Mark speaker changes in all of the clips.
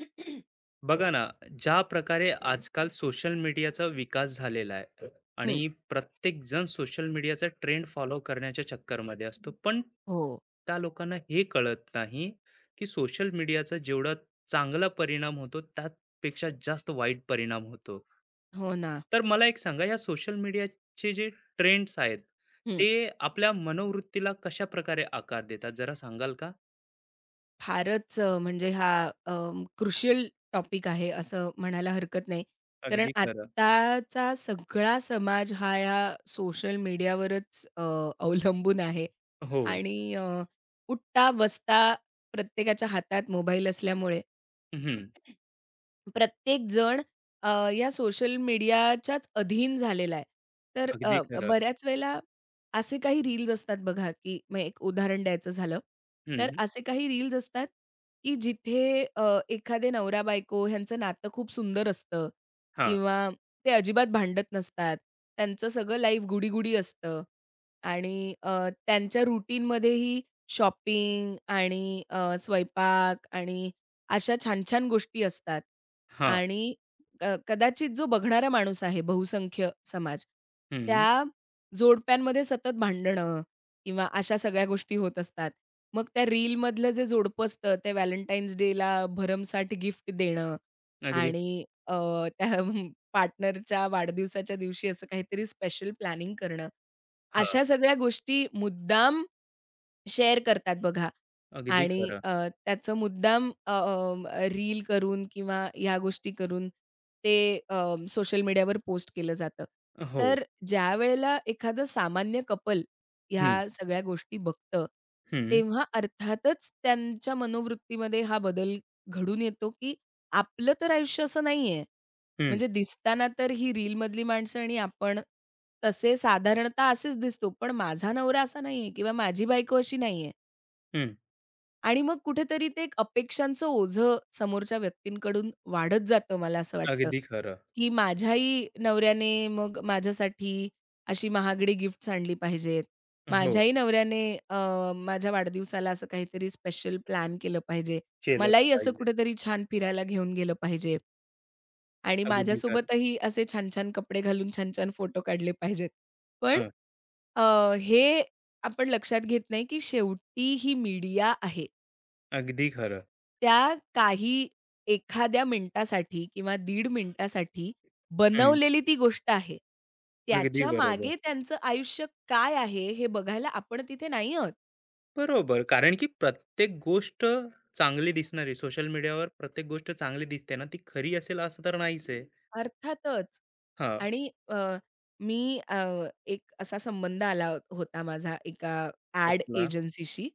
Speaker 1: हं.
Speaker 2: बघा ना, ज्या प्रकारे आजकाल सोशल मीडियाचा विकास झालेला आहे आणि प्रत्येकजण सोशल मीडियाचा ट्रेंड फॉलो करण्याच्या चक्करमध्ये असतो. पण
Speaker 1: हो.
Speaker 2: त्या लोकांना हे कळत नाही, की सोशल मीडियाचा जेवढा चांगला परिणाम होतो, त्यापेक्षा जास्त वाईट परिणाम होतो.
Speaker 1: हो ना.
Speaker 2: तर मला एक सांगा, या सोशल मीडियाचे जे ट्रेंड्स आहेत,
Speaker 1: हं.
Speaker 2: ते आपल्या मनोवृत्तीला कशाप्रकारे आकार देतात, जरा सांगाल का?
Speaker 1: फारच अ, म्हणजे हा अं, क्रुशियल टॉपिक आहे असं म्हणायला हरकत नाही. कारण
Speaker 2: अगदी खरं.
Speaker 1: आत्ताचा सगळा समाज हा या सोशल मीडियावरच अवलंबून आहे
Speaker 2: हो.
Speaker 1: आणि उठता-बसता प्रत्येकाच्या हातात मोबाईल असल्यामुळे
Speaker 2: हं.
Speaker 1: प्रत्येक जण या सोशल मीडियाच्याच अधीन झालेला आहे. तर
Speaker 2: अगदी खरं.
Speaker 1: बऱ्याच वेळेला असे काही रील्स असतात बघा, की मग एक उदाहरण द्यायचं झालं, तर
Speaker 2: हं.
Speaker 1: असे काही रील्स असतात, की जिथे एखादे नवरा-बायको ह्यांचं नातं खूप सुंदर असतं
Speaker 2: हां.
Speaker 1: किंवा ते अजिबात भांडत नसतात. त्यांचं सगळं लाईफ गुडी-गुडी असतं आणि त्यांच्या रूटीनमध्येही शॉपिंग आणि स्वयंपाक आणि अशा छान-छान गोष्टी असतात
Speaker 2: हां.
Speaker 1: आणि कदाचित जो बघणारा माणूस आहे बहुसंख्य समाज,
Speaker 2: हं.
Speaker 1: त्या जोडप्यांमध्ये सतत भांडणं किंवा अशा सगळ्या गोष्टी होत असतात. मग त्या रीलमधलं जे जोडपं असतं ते व्हॅलेंटाईन्स डेला भरमसाठ गिफ्ट देणं
Speaker 2: अगदी
Speaker 1: आणि त्या पार्टनरच्या वाढदिवसाच्या दिवशी असं काहीतरी स्पेशल प्लॅनिंग करणं.
Speaker 2: हां.
Speaker 1: अशा सगळ्या गोष्टी मुद्दाम शेअर करतात बघा
Speaker 2: अगदी
Speaker 1: आणि
Speaker 2: खरं.
Speaker 1: त्याचं मुद्दाम अ, अ, रील करून किंवा ह्या गोष्टी करून ते अ, सोशल मीडियावर पोस्ट केलं जातं.
Speaker 2: हो.
Speaker 1: तर ज्यावेळेला एखादं सामान्य कपल
Speaker 2: हं,
Speaker 1: ह्या सगळ्या गोष्टी बघतं,
Speaker 2: हं,
Speaker 1: तेव्हा अर्थातच त्यांच्या मनोवृत्तीमध्ये हा बदल घडून येतो, की आपलं तर आयुष्य असं नाहीये.
Speaker 2: हं,
Speaker 1: म्हणजे दिसताना तर ही रीलमधली माणसं आणि आपण तसे साधारणतः असेच दिसतो. पण माझा नवरा असा नाहीये किंवा माझी बायको अशी नाहीये.
Speaker 2: हं.
Speaker 1: आणि मग कुठेतरी ते एक अपेक्षांचं ओझं समोरच्या व्यक्तींकडून वाढत जातं मला असं वाटतं,
Speaker 2: अगदी खरं.
Speaker 1: की माझ्याही नवऱ्याने मग माझ्यासाठी अशी महागडी गिफ्ट्स आणली पाहिजेत.
Speaker 2: हो.
Speaker 1: माझ्याही नवऱ्याने अ, माझ्या वाढदिवसाला असं काहीतरी स्पेशल प्लॅन केलं पाहिजे.
Speaker 2: केलं
Speaker 1: मलाही असं
Speaker 2: पाहिजे.
Speaker 1: कुठेतरी छान फिरायला घेऊन गेलं पाहिजे. आणि
Speaker 2: अगदी खरं.
Speaker 1: माझ्यासोबतही असे छान-छान कपडे घालून छान-छान फोटो काढले पाहिजेत. पण
Speaker 2: हं.
Speaker 1: हे आपण लक्षात घेत नाही, की शेवटी ही मीडिया आहे.
Speaker 2: अगदी खरं.
Speaker 1: त्या काही एखाद्या मिनिटासाठी किंवा दीड मिनिटासाठी
Speaker 2: हं.
Speaker 1: बनवलेली ती गोष्ट आहे.
Speaker 2: अगदी बरोबर.
Speaker 1: त्याच्यामागे त्यांचं आयुष्य काय आहे, हे बघायला आपण तिथे नाही आहोत.
Speaker 2: बरोबर. कारण की प्रत्येक गोष्ट चांगली दिसणारी सोशल मीडियावर प्रत्येक गोष्ट चांगली दिसते ना, ती खरी असेल असं तर नाहीच आहे.
Speaker 1: अर्थातच.
Speaker 2: हां.
Speaker 1: आणि मी अ, एक असा संबंध होता माझा एका ॲड
Speaker 2: असला
Speaker 1: एजन्सीशी.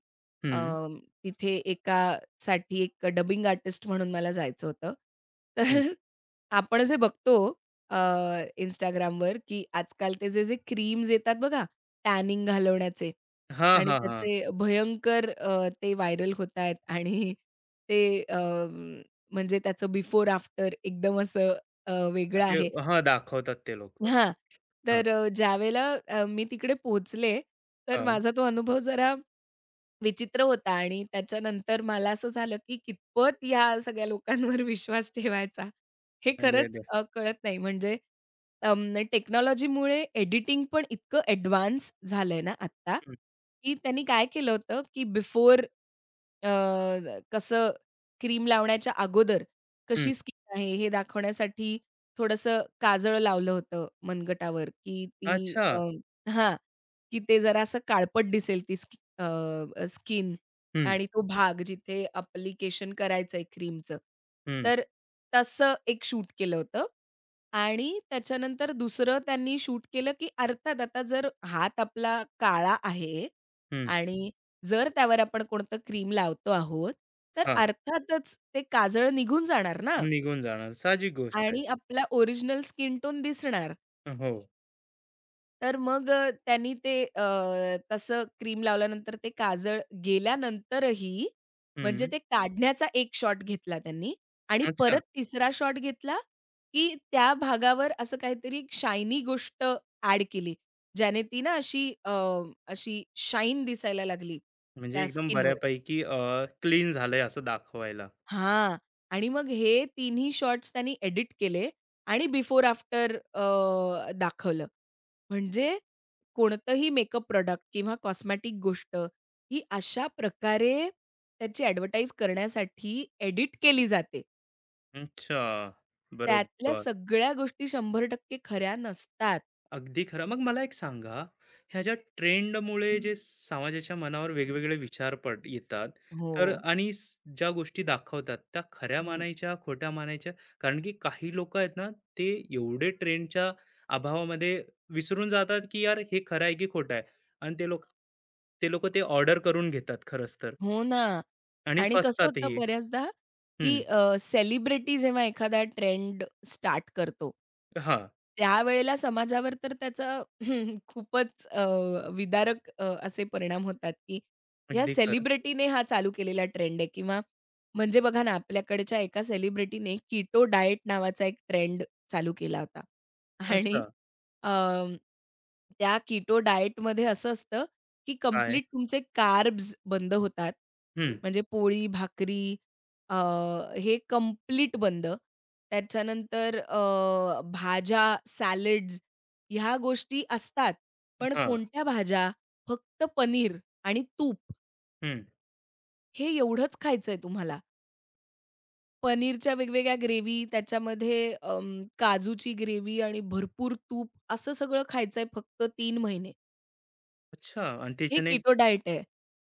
Speaker 1: अ,
Speaker 2: हं,
Speaker 1: तिथे एका एकासाठी एक डबिंग आर्टिस्ट म्हणून मला जायचं होतं.
Speaker 2: हं.
Speaker 1: तर आपण जे बघतो अ, Instagramवर, की आजकाल ते जे-जे क्रीम्स येतात बघा, टॅनिंग घालवण्याचे
Speaker 2: हां,
Speaker 1: आणि
Speaker 2: हां, हां.
Speaker 1: त्याचे भयंकर ते व्हायरल होतायत आणि ते म्हणजे त्याचं बिफोर आफ्टर एकदम असं वेगळं
Speaker 2: ते
Speaker 1: आहे.
Speaker 2: हां, दाखवतात ते लोकं.
Speaker 1: हां,
Speaker 2: हां,
Speaker 1: तर ज्यावेळेला मी तिकडे पोहोचले, तर
Speaker 2: हां.
Speaker 1: माझा तो अनुभव जरा विचित्र होता आणि त्याच्यानंतर मला असं झालं, की कितपत या सगळ्या लोकांवर विश्वास ठेवायचा, हे
Speaker 2: अरे
Speaker 1: खरंच
Speaker 2: देवा!
Speaker 1: कळत नाही. म्हणजे टेक्नॉलॉजीमुळे एडिटिंग पण इतकं ॲडव्हान्स झालंय ना आत्ता,
Speaker 2: हं,
Speaker 1: की त्यांनी काय केलं होतं, की बिफोर अ, कसं क्रीम लावण्याच्या अगोदर
Speaker 2: हं.
Speaker 1: कशी स्किन आहे हे दाखवण्यासाठी थोडंसं काजळ लावलं होतं मनगटावर, की ती
Speaker 2: अच्छा.
Speaker 1: हां, की ते जरा असं काळपट दिसेल ती स्कि अ, अ, स्किन
Speaker 2: हं,
Speaker 1: आणि तो भाग जिथे ॲप्लिकेशन करायचंय क्रीमचं.
Speaker 2: हं,
Speaker 1: तर तसं एक शूट केलं होतं आणि त्याच्यानंतर दुसरं त्यांनी शूट केलं, की अर्थात आता जर हात आपला काळा आहे
Speaker 2: हं.
Speaker 1: आणि जर त्यावर आपण कोणतं क्रीम लावतो आहोत, तर
Speaker 2: हां,
Speaker 1: अर्थातच ते काजळ निघून जाणार ना
Speaker 2: निघून जाणार. साहजिक गोष्ट आहे.
Speaker 1: आणि आपला ओरिजिनल स्किन टोन दिसणार.
Speaker 2: हो.
Speaker 1: तर मग त्यांनी ते तसं क्रीम लावल्यानंतर ते काजळ गेल्यानंतरही म्हणजे
Speaker 2: हं.
Speaker 1: ते काढण्याचा एक शॉट घेतला त्यांनी आणि
Speaker 2: अच्छा.
Speaker 1: परत तिसरा शॉट घेतला, की त्या भागावर असं काहीतरी शायनी गोष्ट ॲड केली. ज्याने ती ना अशी शाईन दिसायला लागली
Speaker 2: म्हणजे
Speaker 1: त्या
Speaker 2: एकदम
Speaker 1: स्किनवर.
Speaker 2: बऱ्यापैकी क्लीन झालंय असं दाखवायला.
Speaker 1: हां. आणि मग हे तिन्ही शॉट्स त्यांनी एडिट केले आणि बिफोर आफ्टर दाखवलं. म्हणजे कोणतंही मेकअप प्रॉडक्ट किंवा कॉस्मेटिक गोष्ट ही अशा प्रकारे त्याची ॲडव्हर्टाइज करण्यासाठी एडिट केली जाते.
Speaker 2: अच्छा.
Speaker 1: त्यातल्या
Speaker 2: बरोबर.
Speaker 1: सगळ्या गोष्टी 100% खऱ्या नसतात.
Speaker 2: अगदी खरं. मग मला एक सांगा, ह्या ज्या ट्रेंडमुळे, हं, जे समाजाच्या मनावर वेगवेगळे विचार येतात,
Speaker 1: हो.
Speaker 2: तर आणि ज्या गोष्टी दाखवतात, त्या खऱ्या
Speaker 1: हं.
Speaker 2: मानायच्या, खोट्या मानायच्या? कारण की काही लोकं आहेत ना, ते एवढे ट्रेंडच्या अभावामध्ये विसरून जातात, की यार हे खरं आहे की खोटं आहे? आणि ते लोकं ते ऑर्डर करून घेतात खरंच तर
Speaker 1: हो ना.
Speaker 2: आणि
Speaker 1: आणि कसं होतं
Speaker 2: फसतातही.
Speaker 1: बऱ्याचदा, की
Speaker 2: हं.
Speaker 1: सेलिब्रिटी जेव्हा एखादा ट्रेंड स्टार्ट करतो,
Speaker 2: हां,
Speaker 1: त्यावेळेला समाजावर तर त्याचा खूपच विदारक असे परिणाम होतात, की ह्या
Speaker 2: अगदी खरं.
Speaker 1: सेलिब्रिटीने हा चालू केलेला ट्रेंड आहे किंवा म्हणजे बघा ना, आपल्याकडच्या एका सेलिब्रिटीने कीटो डाएट नावाचा एक ट्रेंड चालू केला होता.
Speaker 2: अच्छा.
Speaker 1: आणि अं, त्या कीटो डाएटमध्ये असं असतं, की
Speaker 2: काय?
Speaker 1: कंप्लीट तुमचे कार्ब्स बंद होतात.
Speaker 2: हं.
Speaker 1: म्हणजे पोळी, भाकरी अ, हे कंप्लीट बंद. त्याच्यानंतर भाज्या, सॅलड्स ह्या गोष्टी असतात. पण
Speaker 2: हां.
Speaker 1: कोणत्या भाज्या? फक्त पनीर आणि तूप
Speaker 2: हं.
Speaker 1: हे एवढंच खायचंय तुम्हाला. पनीरच्या वेगवेगळ्या ग्रेव्ही, त्याच्यामध्ये काजूची ग्रेव्ही आणि भरपूर तूप असं सगळं खायचंय फक्त 3 महिने.
Speaker 2: अच्छा आणि
Speaker 1: हे
Speaker 2: त्याच्याने
Speaker 1: किटो डाएट आहे.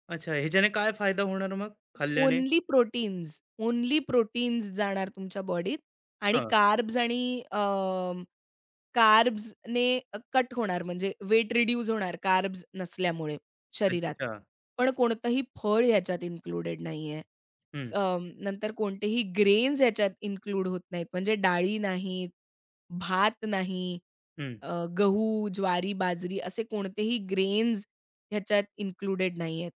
Speaker 2: अच्छा, ह्याच्याने काय फायदा होणार मग खाल्ल्याने?
Speaker 1: ओन्ली प्रोटीन्स, ओन्ली प्रोटीन्स जाणार तुमच्या बॉडीत आणि
Speaker 2: हां,
Speaker 1: कार्ब्स आणि कार्ब्सने कट होणार म्हणजे वेट रिड्यूस होणार कार्ब्स नसल्यामुळे शरीरात.
Speaker 2: अच्छा.
Speaker 1: पण कोणतंही फळ ह्याच्यात इन्क्लुडेड नाहीये.
Speaker 2: हं,
Speaker 1: नंतर कोणतेही ग्रेन्स याच्यात इन्क्लूड होत नाहीत. म्हणजे डाळी नाहीत, भात नाही,
Speaker 2: हं,
Speaker 1: अ, गहू, ज्वारी, बाजरी असे कोणतेही ग्रेन्स ह्याच्यात इन्क्लुडेड नाहीयेत.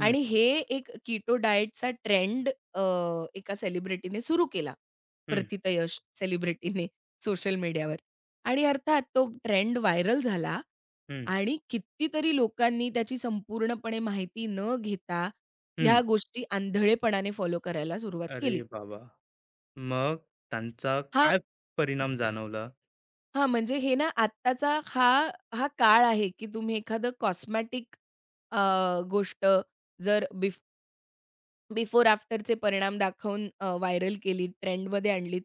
Speaker 2: हं,
Speaker 1: आणि हे एक कीटो डाएटचा ट्रेंड एका सेलिब्रिटीने सुरू केला.
Speaker 2: हं,
Speaker 1: प्रथित यश सेलिब्रिटीने सोशल मीडियावर. आणि अर्थात तो ट्रेंड व्हायरल झाला
Speaker 2: हं,
Speaker 1: आणि कितीतरी लोकांनी त्याची संपूर्णपणे माहिती न घेता
Speaker 2: हं.
Speaker 1: ह्या गोष्टी आंधळेपणाने फॉलो करायला सुरुवात
Speaker 2: अरे
Speaker 1: केली.
Speaker 2: बाबा! मग त्यांचा
Speaker 1: हां,
Speaker 2: काय परिणाम जाणवला?
Speaker 1: हां, म्हणजे हे ना आत्ताचा हा हा काळ आहे, की तुम्ही एखादं कॉस्मॅटिक गोष्ट जर बिफोर आफ्टरचे परिणाम दाखवून व्हायरल केली, ट्रेंडमध्ये आणलीत,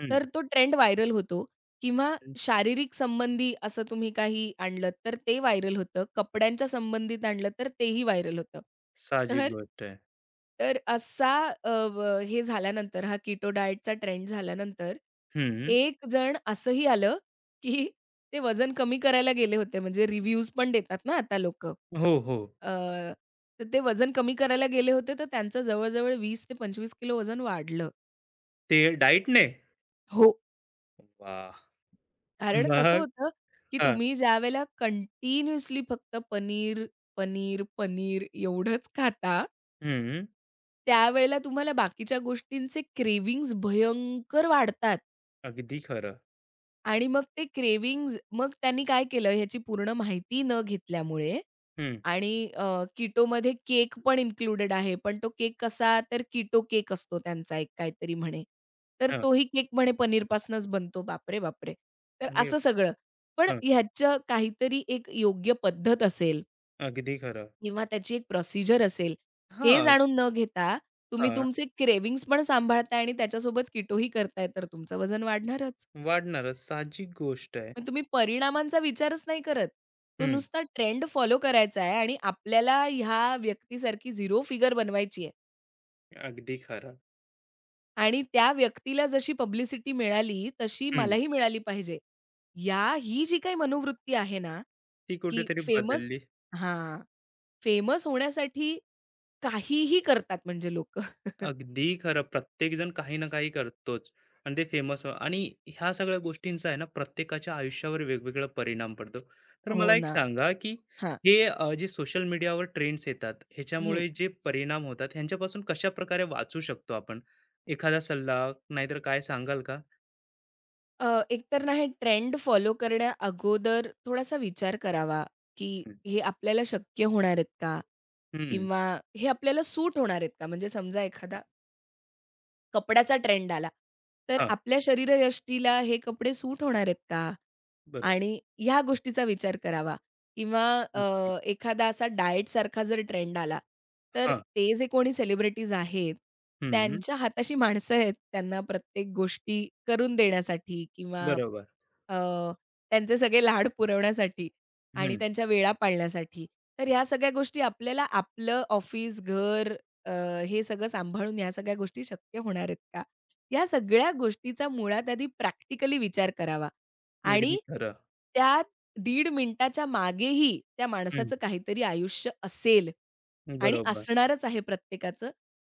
Speaker 2: हं,
Speaker 1: तर तो ट्रेंड व्हायरल होतो किंवा
Speaker 2: हं.
Speaker 1: शारीरिक संबंधी असं तुम्ही काही आणलं, तर ते व्हायरल होतं. कपड्यांच्या संबंधित आणलं, तर तेही व्हायरल होतं.
Speaker 2: साहजिक
Speaker 1: तर
Speaker 2: गोष्ट आहे.
Speaker 1: तर असा अ, ब हे झाल्यानंतर हा कीटो डाएटचा ट्रेंड झाल्यानंतर,
Speaker 2: हं.
Speaker 1: एक जण असंही आलं की ते वजन कमी करायला गेले होते. म्हणजे रिव्ह्यूज पण देतात ना आता लोकं.
Speaker 2: हो, हो.
Speaker 1: तर ते वजन कमी करायला गेले होते, तर त्यांचं जवळ-जवळ 20 ते 25 किलो वजन वाढलं.
Speaker 2: ते डाएटने?
Speaker 1: हो.
Speaker 2: वाह!
Speaker 1: कारण कसं
Speaker 2: मग?
Speaker 1: होतं, की
Speaker 2: हां.
Speaker 1: तुम्ही ज्यावेळेला कंटिन्युअसली फक्त पनीर, पनीर, पनीर एवढंच खाता,
Speaker 2: हं.
Speaker 1: त्यावेळेला तुम्हाला बाकीच्या गोष्टींचे क्रेव्हिंग्ज भयंकर वाढतात.
Speaker 2: अगदी खरं.
Speaker 1: आणि मग ते क्रेव्हिंग्ज मग त्यांनी काय केलं ह्याची पूर्ण माहिती न घेतल्यामुळे
Speaker 2: हं.
Speaker 1: आणि कीटोमध्ये केक पण इन्क्लुडेड आहे. पण तो केक कसा तर कीटो केक असतो त्यांचा एक काहीतरी म्हणे. तर
Speaker 2: हां.
Speaker 1: तोही केक म्हणे पनीरपासूनच बनतो. बापरे, बापरे! तर
Speaker 2: अरे
Speaker 1: असं
Speaker 2: वाह!
Speaker 1: सगळं. पण
Speaker 2: हं.
Speaker 1: ह्याचं काहीतरी एक योग्य पद्धत असेल
Speaker 2: अगदी खरं.
Speaker 1: किंवा त्याची एक प्रोसिजर असेल, हे
Speaker 2: हां,
Speaker 1: जाणून न घेता तुम्ही
Speaker 2: हां.
Speaker 1: तुमचे क्रेव्हिंग्ज पण सांभाळताय आणि त्याच्यासोबत कीटोही करताय, तर तुमचं वजन वाढणारच.
Speaker 2: वाढणारच. साहजिक गोष्ट आहे.
Speaker 1: मग तुम्ही परिणामांचा विचारच नाही करत. तो
Speaker 2: हं.
Speaker 1: नुसता ट्रेंड फॉलो करायचा आहे आणि आपल्याला ह्या व्यक्तीसारखी झिरो फिगर बनवायची आहे
Speaker 2: अगदी खरं.
Speaker 1: आणि त्या व्यक्तीला जशी पब्लिसिटी मिळाली, तशी
Speaker 2: हं.
Speaker 1: मलाही मिळाली पाहिजे. या ही जी काही मनोवृत्ती आहे ना,
Speaker 2: ती
Speaker 1: की
Speaker 2: कुठेतरी
Speaker 1: फेमस
Speaker 2: बदलली.
Speaker 1: हां. फेमस होण्यासाठी काहीही करतात म्हणजे लोकं.
Speaker 2: अगदी खरं. प्रत्येकजण काही ना काही करतोच आणि ते फेमस आणि ह्या सगळ्या गोष्टींचा आहे ना प्रत्येकाच्या आयुष्यावर वेगवेगळा परिणाम पडतो. तर
Speaker 1: हो
Speaker 2: मला एक
Speaker 1: ना.
Speaker 2: सांगा, की
Speaker 1: हां.
Speaker 2: हे जे सोशल मीडियावर ट्रेंड्स येतात, ह्याच्यामुळे जे परिणाम होतात, ह्यांच्यापासून कशाप्रकारे वाचू शकतो आपण? एखादा सल्ला नाहीतर काय सांगाल का?
Speaker 1: एकतर ना हे ट्रेंड फॉलो करण्या अगोदर थोडासा विचार करावा, की हे आपल्याला शक्य होणार आहेत का?
Speaker 2: हं.
Speaker 1: किंवा हे आपल्याला सूट होणार आहेत का? म्हणजे समजा एखादा कपड्याचा ट्रेंड आला. तर
Speaker 2: हां.
Speaker 1: आपल्या शरीरयष्टीला हे कपडे सूट होणार आहेत का?
Speaker 2: बरोबर.
Speaker 1: आणि ह्या गोष्टीचा विचार करावा किंवा
Speaker 2: नक्की.
Speaker 1: एखादा असा डाएटसारखा जर ट्रेंड आला, तर
Speaker 2: हां.
Speaker 1: ते जे कोणी सेलिब्रिटीज आहेत,
Speaker 2: हं,
Speaker 1: त्यांच्या हाताशी माणसं आहेत, त्यांना प्रत्येक गोष्टी करून देण्यासाठी किंवा
Speaker 2: बरोबर.
Speaker 1: अ, त्यांचे सगळे लाड पुरवण्यासाठी आणि
Speaker 2: हं.
Speaker 1: त्यांच्या वेळा पाळण्यासाठी. तर ह्या सगळ्या गोष्टी आपल्याला आपलं ऑफिस, घर अ, हे सगळं सांभाळून ह्या सगळ्या गोष्टी शक्य होणार आहेत का? या सगळ्या गोष्टीचा मुळात आधी प्रॅक्टिकली विचार करावा
Speaker 2: अगदी
Speaker 1: आणि
Speaker 2: खरं.
Speaker 1: त्या 1.5 मिनिटाच्या मागेही त्या
Speaker 2: हं.
Speaker 1: माणसाचं काहीतरी आयुष्य असेल आणि
Speaker 2: बरोबर.
Speaker 1: असणारच आहे प्रत्येकाचं.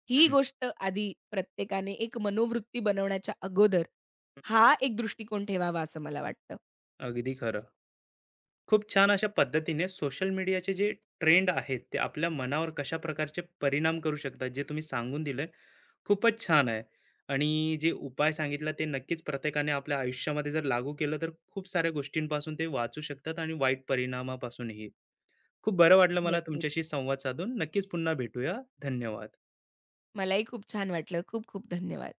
Speaker 1: ही
Speaker 2: हं.
Speaker 1: गोष्ट आधी प्रत्येकाने एक मनोवृत्ती बनवण्याच्या अगोदर हा एक दृष्टिकोन ठेवावा असं मला वाटतं.
Speaker 2: अगदी खरं. खूप छान अशा पद्धतीने सोशल मीडियाचे जे ट्रेंड आहेत ते आपल्या मनावर कशा प्रकारचे परिणाम करू शकतात जे तुम्ही सांगून दिलं. खूपच छान आहे. आणि जे उपाय सांगितला ते नक्कीच प्रत्येकाने आपल्या आयुष्यामध्ये जर लागू केलं तर खूप साऱ्या गोष्टींपासून ते वाचू शकतात आणि वाईट परिणामापासूनही. खूप बरं वाटलं मला
Speaker 1: नक्कीच.
Speaker 2: तुमच्याशी संवाद साधून. नक्कीच पुन्हा भेटूया. धन्यवाद.
Speaker 1: मलाही खूप छान वाटलं. खूप खूप धन्यवाद.